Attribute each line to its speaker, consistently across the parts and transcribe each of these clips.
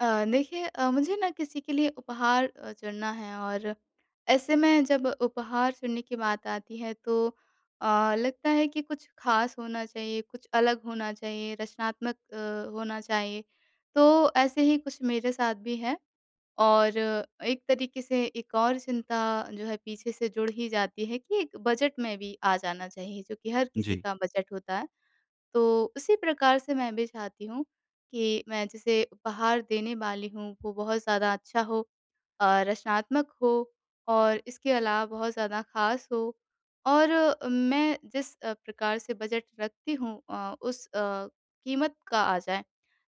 Speaker 1: देखिए मुझे ना किसी के लिए उपहार चुनना है और ऐसे में जब उपहार चुनने की बात आती है तो लगता है कि कुछ खास होना चाहिए, कुछ अलग होना चाहिए, रचनात्मक होना चाहिए। तो ऐसे ही कुछ मेरे साथ भी है और एक तरीके से एक और चिंता जो है पीछे से जुड़ ही जाती है कि एक बजट में भी आ जाना चाहिए, जो कि हर किसी
Speaker 2: जी,
Speaker 1: का बजट होता है। तो उसी प्रकार से मैं भी चाहती हूँ कि मैं जिसे उपहार देने वाली हूँ वो बहुत ज़्यादा अच्छा हो रचनात्मक हो और इसके अलावा बहुत ज़्यादा ख़ास हो और मैं जिस प्रकार से बजट रखती हूँ उस कीमत का आ जाए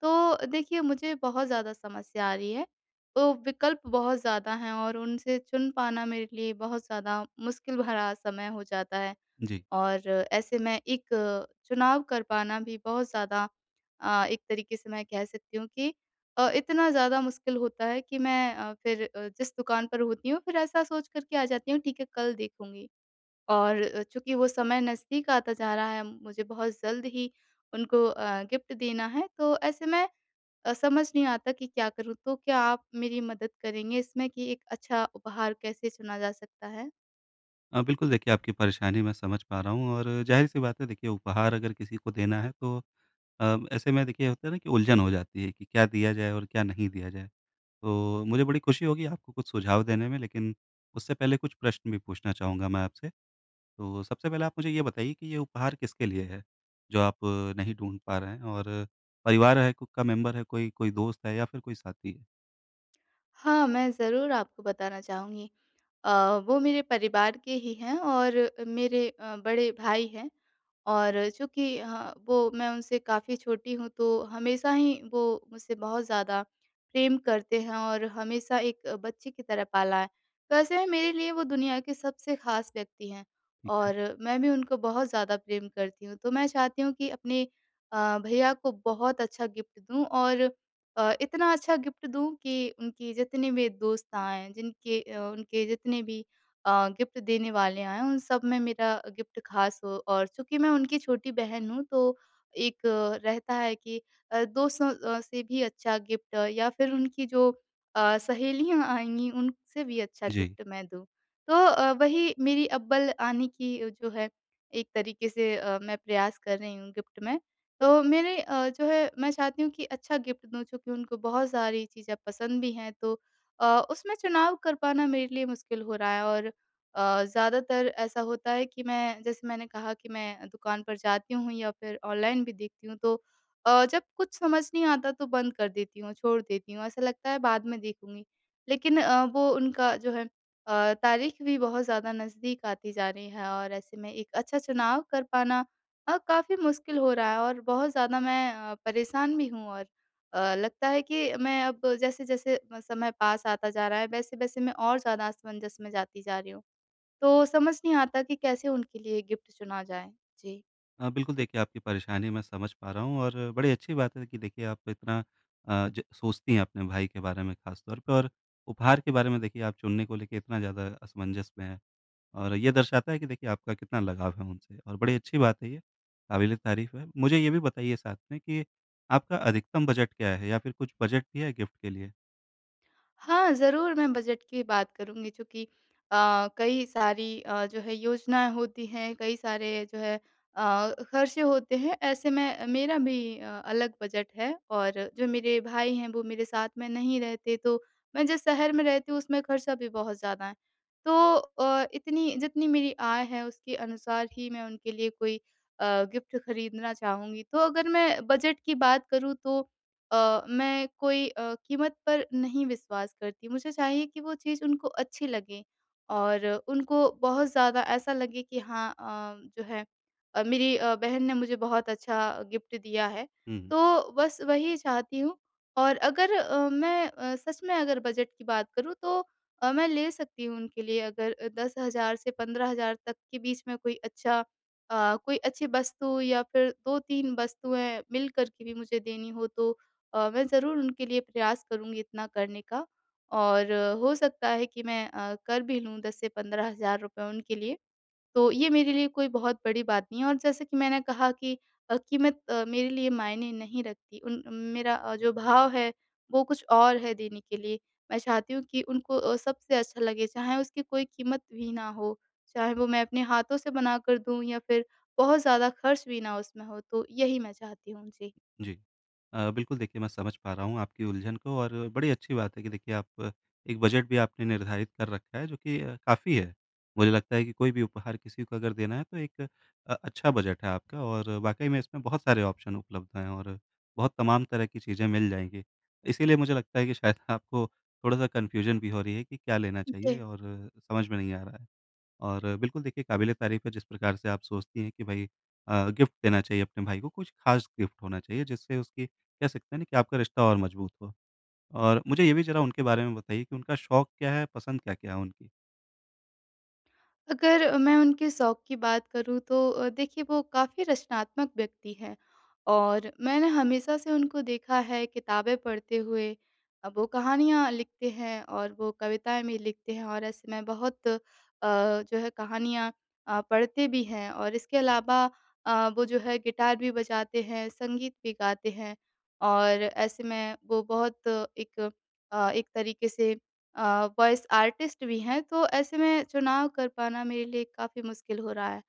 Speaker 1: तो देखिए मुझे बहुत ज़्यादा समस्या आ रही है तो विकल्प बहुत ज़्यादा हैं और उनसे चुन पाना मेरे लिए बहुत ज़्यादा मुश्किल भरा समय हो जाता है
Speaker 2: जी।
Speaker 1: और ऐसे में एक चुनाव कर पाना भी बहुत ज़्यादा एक तरीके से मैं कह सकती हूँ कि इतना ज़्यादा मुश्किल होता है कि मैं फिर जिस दुकान पर होती हूँ, फिर ऐसा सोच कर के आ जाती हूँ, ठीक है, कल देखूँगी। और चूँकि वो समय नज़दीक आता जा रहा है, मुझे बहुत जल्द ही उनको गिफ्ट देना है, तो ऐसे में समझ नहीं आता कि क्या करूँ? तो क्या आप मेरी मदद करेंगे इसमें कि एक अच्छा उपहार कैसे चुना जा सकता है?
Speaker 2: बिल्कुल देखिए, आपकी परेशानी मैं समझ पा रहा हूँ और ज़ाहिर-सी बात है, देखिए उपहार अगर किसी को देना है तो ऐसे में देखिए होता है ना, कि उलझन हो जाती है कि क्या दिया जाए और क्या नहीं दिया जाए। तो मुझे बड़ी खुशी होगी आपको कुछ सुझाव देने में, लेकिन उससे पहले कुछ प्रश्न भी पूछना चाहूँगा मैं आपसे। तो सबसे पहले आप मुझे ये बताइए कि ये उपहार किसके लिए है, जो आप नहीं ढूँढ पा रहे हैं। और परिवार है, का मेंबर है, कोई कोई दोस्त है, या फिर कोई साथी है?
Speaker 1: हाँ, मैं ज़रूर आपको बताना चाहूँगी। वो मेरे परिवार के ही हैं और मेरे बड़े भाई हैं और चूँकि हाँ, वो मैं उनसे काफ़ी छोटी हूँ तो हमेशा ही वो मुझसे बहुत ज़्यादा प्रेम करते हैं और हमेशा एक बच्चे की तरह पाला है। तो ऐसे में मेरे लिए वो दुनिया के सबसे ख़ास व्यक्ति हैं
Speaker 2: ठीक है।
Speaker 1: और मैं भी उनको बहुत ज़्यादा प्रेम करती हूँ। तो मैं चाहती हूँ कि अपने भैया को बहुत अच्छा गिफ्ट दूँ और इतना अच्छा गिफ्ट दूँ कि उनकी जितने भी दोस्त आएँ, जिनके उनके जितने भी अ, गिफ्ट देने वाले आएँ, उन सब में मेरा गिफ्ट ख़ास हो और चूँकि मैं उनकी छोटी बहन हूँ, तो एक रहता है कि दोस्तों से भी अच्छा गिफ्ट या फिर उनकी जो सहेलियाँ आएँगी, उनसे भी अच्छा
Speaker 2: जी।
Speaker 1: गिफ्ट मैं दूँ। तो वही मेरी अव्वल आने की जो है, एक तरीके से मैं प्रयास कर रही हूँ गिफ्ट में। तो मेरे जो है मैं चाहती हूँ कि अच्छा गिफ्ट दूँ चूँकि उनको बहुत सारी चीज़ें पसंद भी हैं तो उसमें चुनाव कर पाना मेरे लिए मुश्किल हो रहा है और ज़्यादातर ऐसा होता है कि मैं जैसे मैंने कहा कि मैं दुकान पर जाती हूँ या फिर ऑनलाइन भी देखती हूँ तो जब कुछ समझ नहीं आता तो बंद कर देती हूँ, छोड़ देती हूँ, ऐसा लगता है बाद में देखूँगी। लेकिन वो उनका जो है तारीख भी बहुत ज़्यादा नज़दीक आती जा रही है और ऐसे में एक अच्छा चुनाव कर पाना काफ़ी मुश्किल हो रहा है और बहुत ज़्यादा मैं परेशान भी हूँ और लगता है कि मैं अब जैसे-जैसे म समय पास आता जा रहा है, वैसे-वैसे मैं और ज़्यादा असमंजस में जाती जा रही हूँ। तो समझ नहीं आता कि कैसे उनके लिए गिफ्ट चुना जाए? जी।
Speaker 2: बिल्कुल देखिए, आपकी परेशानी मैं समझ पा रहा हूँ, और बड़ी अच्छी बात है कि देखिए आप इतना अ, ज सोचती हैं अपने भाई के बारे में, ख़ास तौर पे। और उपहार के बारे में देखिए आप चुनने को लेके इतना ज़्यादा असमंजस में हैं, और ये दर्शाता है कि देखिए आपका कितना लगाव है उनसे, और बड़ी अच्छी बात है ये, काबिल-ए-तारीफ़ है। मुझे ये भी बताइए साथ में कि आपका अधिकतम बजट क्या है, या फिर कुछ बजट भी है गिफ्ट के लिए?
Speaker 1: हाँ, ज़रूर मैं बजट की बात करूँगी चूँकि कई सारी जो है योजनाएँ होती हैं, कई सारे जो है खर्चे होते हैं, ऐसे में मेरा भी अलग बजट है और जो मेरे भाई हैं वो मेरे साथ में नहीं रहते, तो मैं जिस शहर में रहती हूँ उसमें खर्चा भी बहुत ज़्यादा है। तो इतनी जितनी मेरी आय है उसके अनुसार ही मैं उनके लिए कोई अ, गिफ्ट खरीदना चाहूँगी। तो अगर मैं बजट की बात करूँ तो मैं कोई कीमत पर नहीं विश्वास करती। मुझे चाहिए कि वो चीज़ उनको अच्छी लगे और उनको बहुत ज़्यादा ऐसा लगे कि हाँ जो है मेरी बहन ने मुझे बहुत अच्छा गिफ्ट दिया है।
Speaker 2: हुँ।
Speaker 1: तो बस वही चाहती हूँ और अगर मैं सच में अगर बजट की बात करूँ तो मैं ले सकती हूँ उनके लिए अगर 10,000 से 15,000 तक के बीच में कोई अच्छा कोई अच्छी वस्तु या फिर 2-3 वस्तुएँ मिल कर के भी मुझे देनी हो तो मैं ज़रूर उनके लिए प्रयास करूँगी इतना करने का और हो सकता है कि मैं कर भी लूँ 10 से 15,000 रुपए उनके लिए। तो ये मेरे लिए कोई बहुत बड़ी बात नहीं है और जैसे कि मैंने कहा कि कीमत मेरे लिए मायने नहीं रखती। उन मेरा जो भाव है वो कुछ और है देने के लिए। मैं चाहती हूँ कि उनको सबसे अच्छा लगे, चाहे उसकी कोई कीमत भी ना हो, चाहे वो मैं अपने हाथों से बनाकर दूँ या फिर बहुत ज़्यादा खर्च भी ना उसमें हो। तो यही मैं चाहती हूँ। जी।
Speaker 2: जी। बिल्कुल देखिए, मैं समझ पा रहा हूँ आपकी उलझन को, और बड़ी अच्छी बात है कि देखिए आप एक बजट भी आपने निर्धारित कर रखा है, जो कि काफ़ी है। मुझे लगता है कि कोई भी उपहार किसी को अगर देना है, तो एक अच्छा बजट है आपका, और वाक़ई में इसमें बहुत सारे ऑप्शन उपलब्ध हैं, और बहुत तमाम तरह की चीज़ें मिल जाएँगी। इसीलिए मुझे लगता है कि शायद आपको थोड़ा-सा कन्फ्यूज़न भी हो रही है कि क्या लेना चाहिए, और समझ में नहीं आ रहा है। और बिल्कुल देखिए, काबिल-ए-तारीफ़ है जिस प्रकार से आप सोचती हैं कि भाई गिफ्ट देना चाहिए अपने भाई को, कुछ ख़ास गिफ्ट होना चाहिए, जिससे उसकी कह सकते हैं ना कि आपका रिश्ता और मज़बूत हो। और मुझे ये भी ज़रा उनके बारे में बताइए कि उनका शौक क्या है, पसंद क्या-क्या है उनकी?
Speaker 1: अगर मैं उनके शौक की बात करूँ तो देखिए वो काफ़ी रचनात्मक व्यक्ति हैं और मैंने हमेशा से उनको देखा है किताबें पढ़ते हुए। वो कहानियाँ लिखते हैं और वो कविताएँ भी लिखते हैं और ऐसे मैं बहुत जो है कहानियाँ पढ़ते भी हैं और इसके अलावा वो जो है गिटार भी बजाते हैं, संगीत भी गाते हैं और ऐसे में वो बहुत एक एक तरीके से वॉइस आर्टिस्ट भी हैं, तो ऐसे में चुनाव कर पाना मेरे लिए काफ़ी मुश्किल हो रहा है।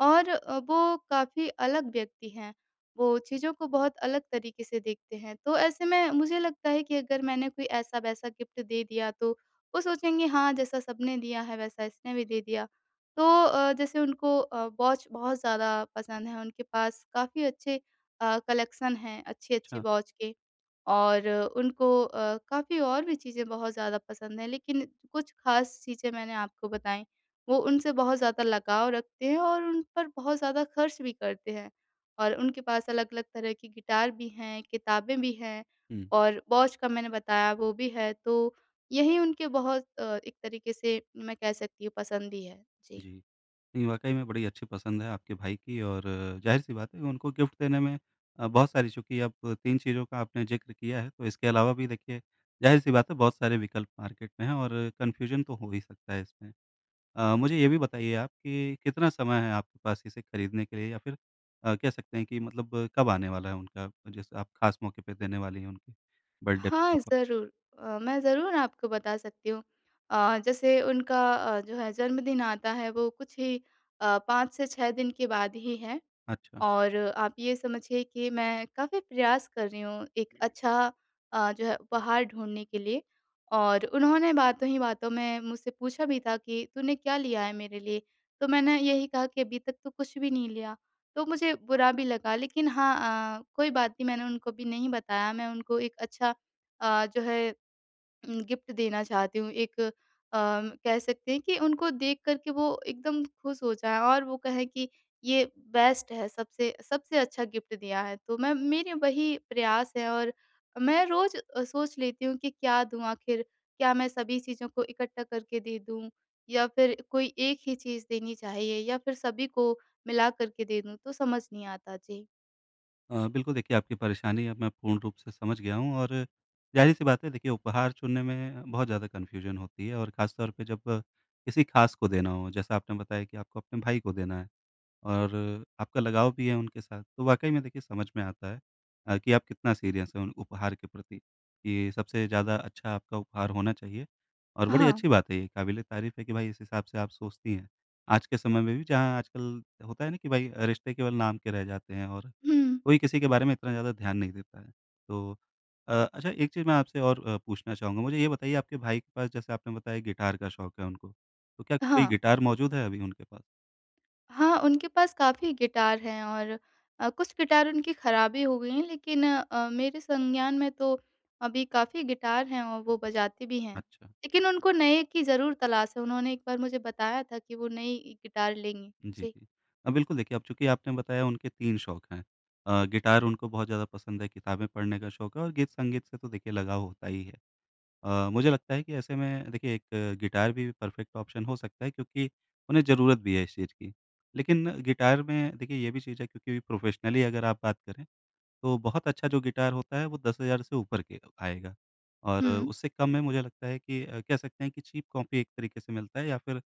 Speaker 1: और वो काफ़ी अलग व्यक्ति हैं, वो चीज़ों को बहुत अलग तरीके से देखते हैं। तो ऐसे में मुझे लगता है कि अगर मैंने कोई ऐसा-वैसा गिफ्ट दे दिया, तो वो सोचेंगे हाँ, जैसा सबने दिया है वैसा इसने भी दे दिया। तो जैसे उनको वॉच बहुत ज़्यादा पसंद है, उनके पास काफ़ी अच्छे कलेक्शन हैं अच्छी-अच्छी
Speaker 2: अच्छा।
Speaker 1: वॉच के। और उनको काफ़ी और भी चीज़ें बहुत ज़्यादा पसंद हैं, लेकिन कुछ ख़ास चीज़ें मैंने आपको बताई, वो उनसे बहुत ज़्यादा लगाव रखते हैं और उन पर बहुत ज़्यादा खर्च भी करते हैं। और उनके पास अलग-अलग तरह की गिटार भी हैं, किताबें भी हैं
Speaker 2: हुँ,
Speaker 1: और वॉच का मैंने बताया वो भी है, तो यही उनके बहुत एक तरीके से मैं कह सकती हूँ पसंद ही है। जी।
Speaker 2: जी। नहीं, वाक़ई में बड़ी अच्छी पसंद है आपके भाई की, और ज़ाहिर-सी बात है कि उनको गिफ्ट देने में बहुत सारी, चूँकि अब 3 चीज़ों का आपने ज़िक्र किया है, तो इसके अलावा भी देखिए ज़ाहिर-सी बात है बहुत सारे विकल्प मार्केट में हैं, और कन्फ्यूज़न तो हो ही सकता है इसमें। मुझे ये भी बताइए आप कि कितना समय है आपके पास इसे खरीदने के लिए, या फिर कह सकते हैं कि मतलब कब आने वाला है उनका, जैसे आप खास मौके पे देने वाली हैं उनके बर्थडे पे
Speaker 1: हाँ,
Speaker 2: तोहफ़ा?
Speaker 1: ज़रूर। मैं ज़रूर आपको बता सकती हूँ। जैसे उनका जो है जन्मदिन आता है वो कुछ ही 5 से 6 दिन के बाद ही है।
Speaker 2: अच्छा।
Speaker 1: और आप ये समझिए कि मैं काफ़ी प्रयास कर रही हूँ एक अच्छा जो है उपहार ढूँढने के लिए और उन्होंने बातों ही बातों में मुझसे पूछा भी था कि तूने क्या लिया है मेरे लिए? तो मैंने यही कहा कि अभी तक तो कुछ भी नहीं लिया। तो मुझे बुरा भी लगा लेकिन हाँ कोई बात नहीं मैंने उनको भी नहीं बताया मैं उनको एक अच्छा जो है गिफ्ट देना चाहती हूँ एक कह सकते हैं कि उनको देख कर के वो एकदम खुश हो जाएँ और वो कहें कि ये बेस्ट है, सबसे सबसे अच्छा गिफ्ट दिया है। तो मैं मेरे वही प्रयास है और मैं रोज़ सोच लेती हूँ कि क्या दूँ आखिर? क्या मैं सभी चीज़ों को इकट्ठा करके दे दूँ या फिर कोई एक ही चीज़ देनी चाहिए या फिर सभी को मिला कर के दे दूँ? तो समझ नहीं आता। जी।
Speaker 2: बिल्कुल देखिए, आपकी परेशानी अब मैं पूर्ण रूप से समझ गया हूँ, और ज़ाहिर-सी बात है देखिए उपहार चुनने में बहुत ज़्यादा कन्फ्यूजन होती है, और ख़ास तौर पे जब किसी खास को देना हो, जैसा आपने बताया कि आपको अपने भाई को देना है। और आपका लगाव भी है उनके साथ। तो वाक़ई में देखिए समझ में आता है कि आप कितना सीरियस हैं उन उपहार के प्रति, कि सबसे ज़्यादा अच्छा आपका उपहार होना चाहिए, और बड़ी
Speaker 1: हाँ।
Speaker 2: अच्छी बात है ये, काबिल-ए-तारीफ़ है कि भाई इस हिसाब से आप सोचती हैं। आज के समय में भी जहाँ आजकल होता है ना कि भाई रिश्ते केवल नाम के रह जाते हैं, और
Speaker 1: हुँ।
Speaker 2: कोई किसी के बारे में इतना ज़्यादा ध्यान नहीं देता है। तो अच्छा, एक चीज़ मैं आपसे और पूछना चाहूँगा, मुझे ये बताइए आपके भाई के पास जैसे आपने बताया गिटार का शौक है उनको, तो क्या कोई
Speaker 1: हाँ।
Speaker 2: गिटार मौजूद है अभी उनके पास?
Speaker 1: हाँ, उनके पास काफ़ी गिटार हैं और कुछ गिटार उनकी ख़राब भी हो गई हैं लेकिन मेरे संज्ञान में तो अभी काफ़ी गिटार हैं और वो बजाती भी हैं।
Speaker 2: अच्छा।
Speaker 1: लेकिन उनको नए की ज़रूर तलाश है, उन्होंने एक बार मुझे बताया था कि वो नई गिटार लेंगी।
Speaker 2: जी,
Speaker 1: जी।
Speaker 2: जी। बिल्कुल देखिए, अब चूँकि आपने बताया उनके 3 शौक हैं। गिटार उनको बहुत ज़्यादा पसंद है, किताबें पढ़ने का शौक है, और गीत-संगीत से तो देखिए लगाव होता ही है। मुझे लगता है कि ऐसे में देखिए एक गिटार भी परफ़ेक्ट ऑप्शन हो सकता है, क्योंकि उन्हें ज़रूरत भी है इस चीज़ की। लेकिन गिटार में देखिए ये भी चीज़ है, क्योंकि प्रोफ़ेशनली अगर आप बात करें, तो बहुत अच्छा जो गिटार होता है वो 10,000 से ऊपर के आएगा, और
Speaker 1: हुँ।
Speaker 2: उससे कम में मुझे लगता है कि कह सकते हैं कि चीप कॉपी एक तरीके से मिलता है, या फिर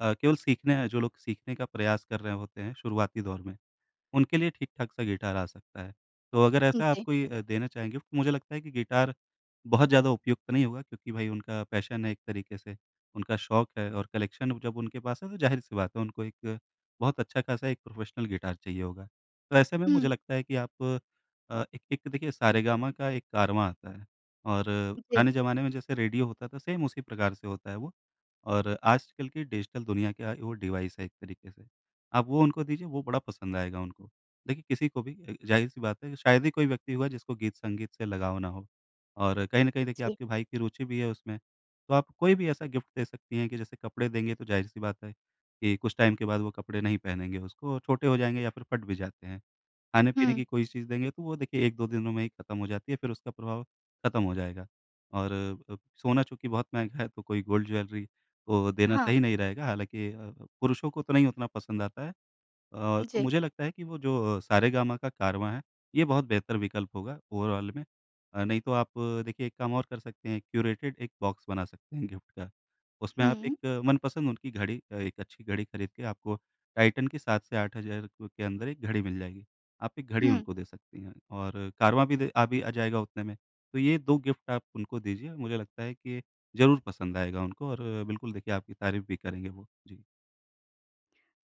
Speaker 2: केवल सीखने हैं जो लोग सीखने का प्रयास कर रहे होते हैं शुरुआती दौर में, उनके लिए ठीक-ठाक सा गिटार आ सकता है। तो अगर ऐसा आप
Speaker 1: जी।
Speaker 2: कोई देना चाहें गिफ्ट, मुझे लगता है कि गिटार बहुत ज़्यादा उपयुक्त नहीं होगा, क्योंकि भई उनका पैशन है एक तरीके से, उनका शौक है, और कलेक्शन जब उनके पास है, तो ज़ाहिर-सी बात है उनको एक बहुत अच्छा खासा एक प्रोफ़ेशनल गिटार चाहिए होगा। तो ऐसे में मुझे
Speaker 1: हुँ।
Speaker 2: लगता है कि आप एक एक देखिए, सारेगामा का एक कारवां आता है, और
Speaker 1: जी,
Speaker 2: पुराने ज़माने में जैसे रेडियो होता था, सेम उसी प्रकार से होता है वो, और आजकल की डिजिटल दुनिया का वो डिवाइस है एक तरीके से। आप वो उनको दीजिए, वो बड़ा पसंद आएगा उनको। देखिए किसी को भी ज़ाहिर-सी बात है शायद ही कोई व्यक्ति होगा जिसको गीत-संगीत से लगाव ना हो, और कहीं न कहीं देखिए
Speaker 1: जी।
Speaker 2: आपके भाई की रुचि भी है उसमें। तो आप कोई भी ऐसा गिफ्ट दे सकती हैं, कि जैसे कपड़े देंगे, तो ज़ाहिर-सी बात है कि कुछ टाइम के बाद वो कपड़े नहीं पहनेंगे उसको, और छोटे हो जाएँगे, या फिर फट भी जाते हैं। खाने-पीने
Speaker 1: हुँ।
Speaker 2: की कोई चीज़ देंगे तो वो देखिए 1-2 दिनों में ही खत्म हो जाती है, फिर उसका प्रभाव खत्म हो जाएगा। और अ, सोना चूँकि बहुत महँगा है, तो कोई गोल्ड ज्वेलरी तो देना
Speaker 1: हाँ।
Speaker 2: सही नहीं रहेगा। हालाँकि पुरुषों को तो नहीं उतना पसंद आता है। तो
Speaker 1: जी।
Speaker 2: मुझे लगता है कि वो जो सारेगामा का कारवां है, ये बहुत बेहतर विकल्प होगा ओवरऑल में। नहीं तो आप देखिए, एक काम और कर सकते हैं, क्यूरेटेड एक बॉक्स बना सकते हैं गिफ्ट का। उसमें आप
Speaker 1: हुँ,
Speaker 2: एक मनपसंद उनकी घड़ी, एक अच्छी घड़ी खरीद के आपको टाइटन की 7 से 8,000 क के अंदर एक घड़ी मिल जाएगी। आप एक घड़ी
Speaker 1: हुँ।
Speaker 2: उनको दे सकती हैं, और कारवां भी दे आ भी आ जाएगा उतने में। तो ये 2 गिफ्ट आप उनको दीजिए, मुझे लगता है कि ज़रूर पसंद आएगा उनको, और बिल्कुल देखिए आपकी तारीफ़ भी करेंगे वो। जी।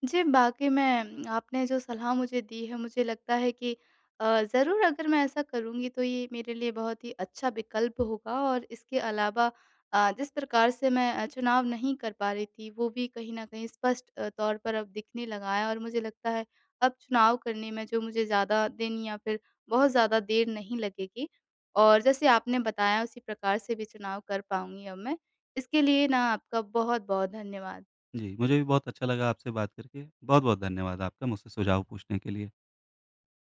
Speaker 1: जी, वाक़ई में आपने जो सलाह मुझे दी है मुझे लगता है कि ज़रूर अगर मैं ऐसा करूँगी तो ये मेरे लिए बहुत ही अच्छा विकल्प होगा और इसके अलावा जिस प्रकार से मैं चुनाव नहीं कर पा रही थी वो भी कहीं न कहीं स्पष्ट तौर पर अब दिखने लगा है और मुझे लगता है अब चुनाव करने में जो मुझे ज़्यादा दिन या फिर बहुत ज़्यादा देर नहीं लगेगी। और जैसे आपने बताया उसी प्रकार से भी चुनाव कर पाऊँगी अब मैं। इसके लिए ना आपका बहुत-बहुत धन्यवाद।
Speaker 2: जी, मुझे भी बहुत अच्छा लगा आपसे बात करके। बहुत-बहुत धन्यवाद आपका मुझसे सुझाव पूछने के लिए।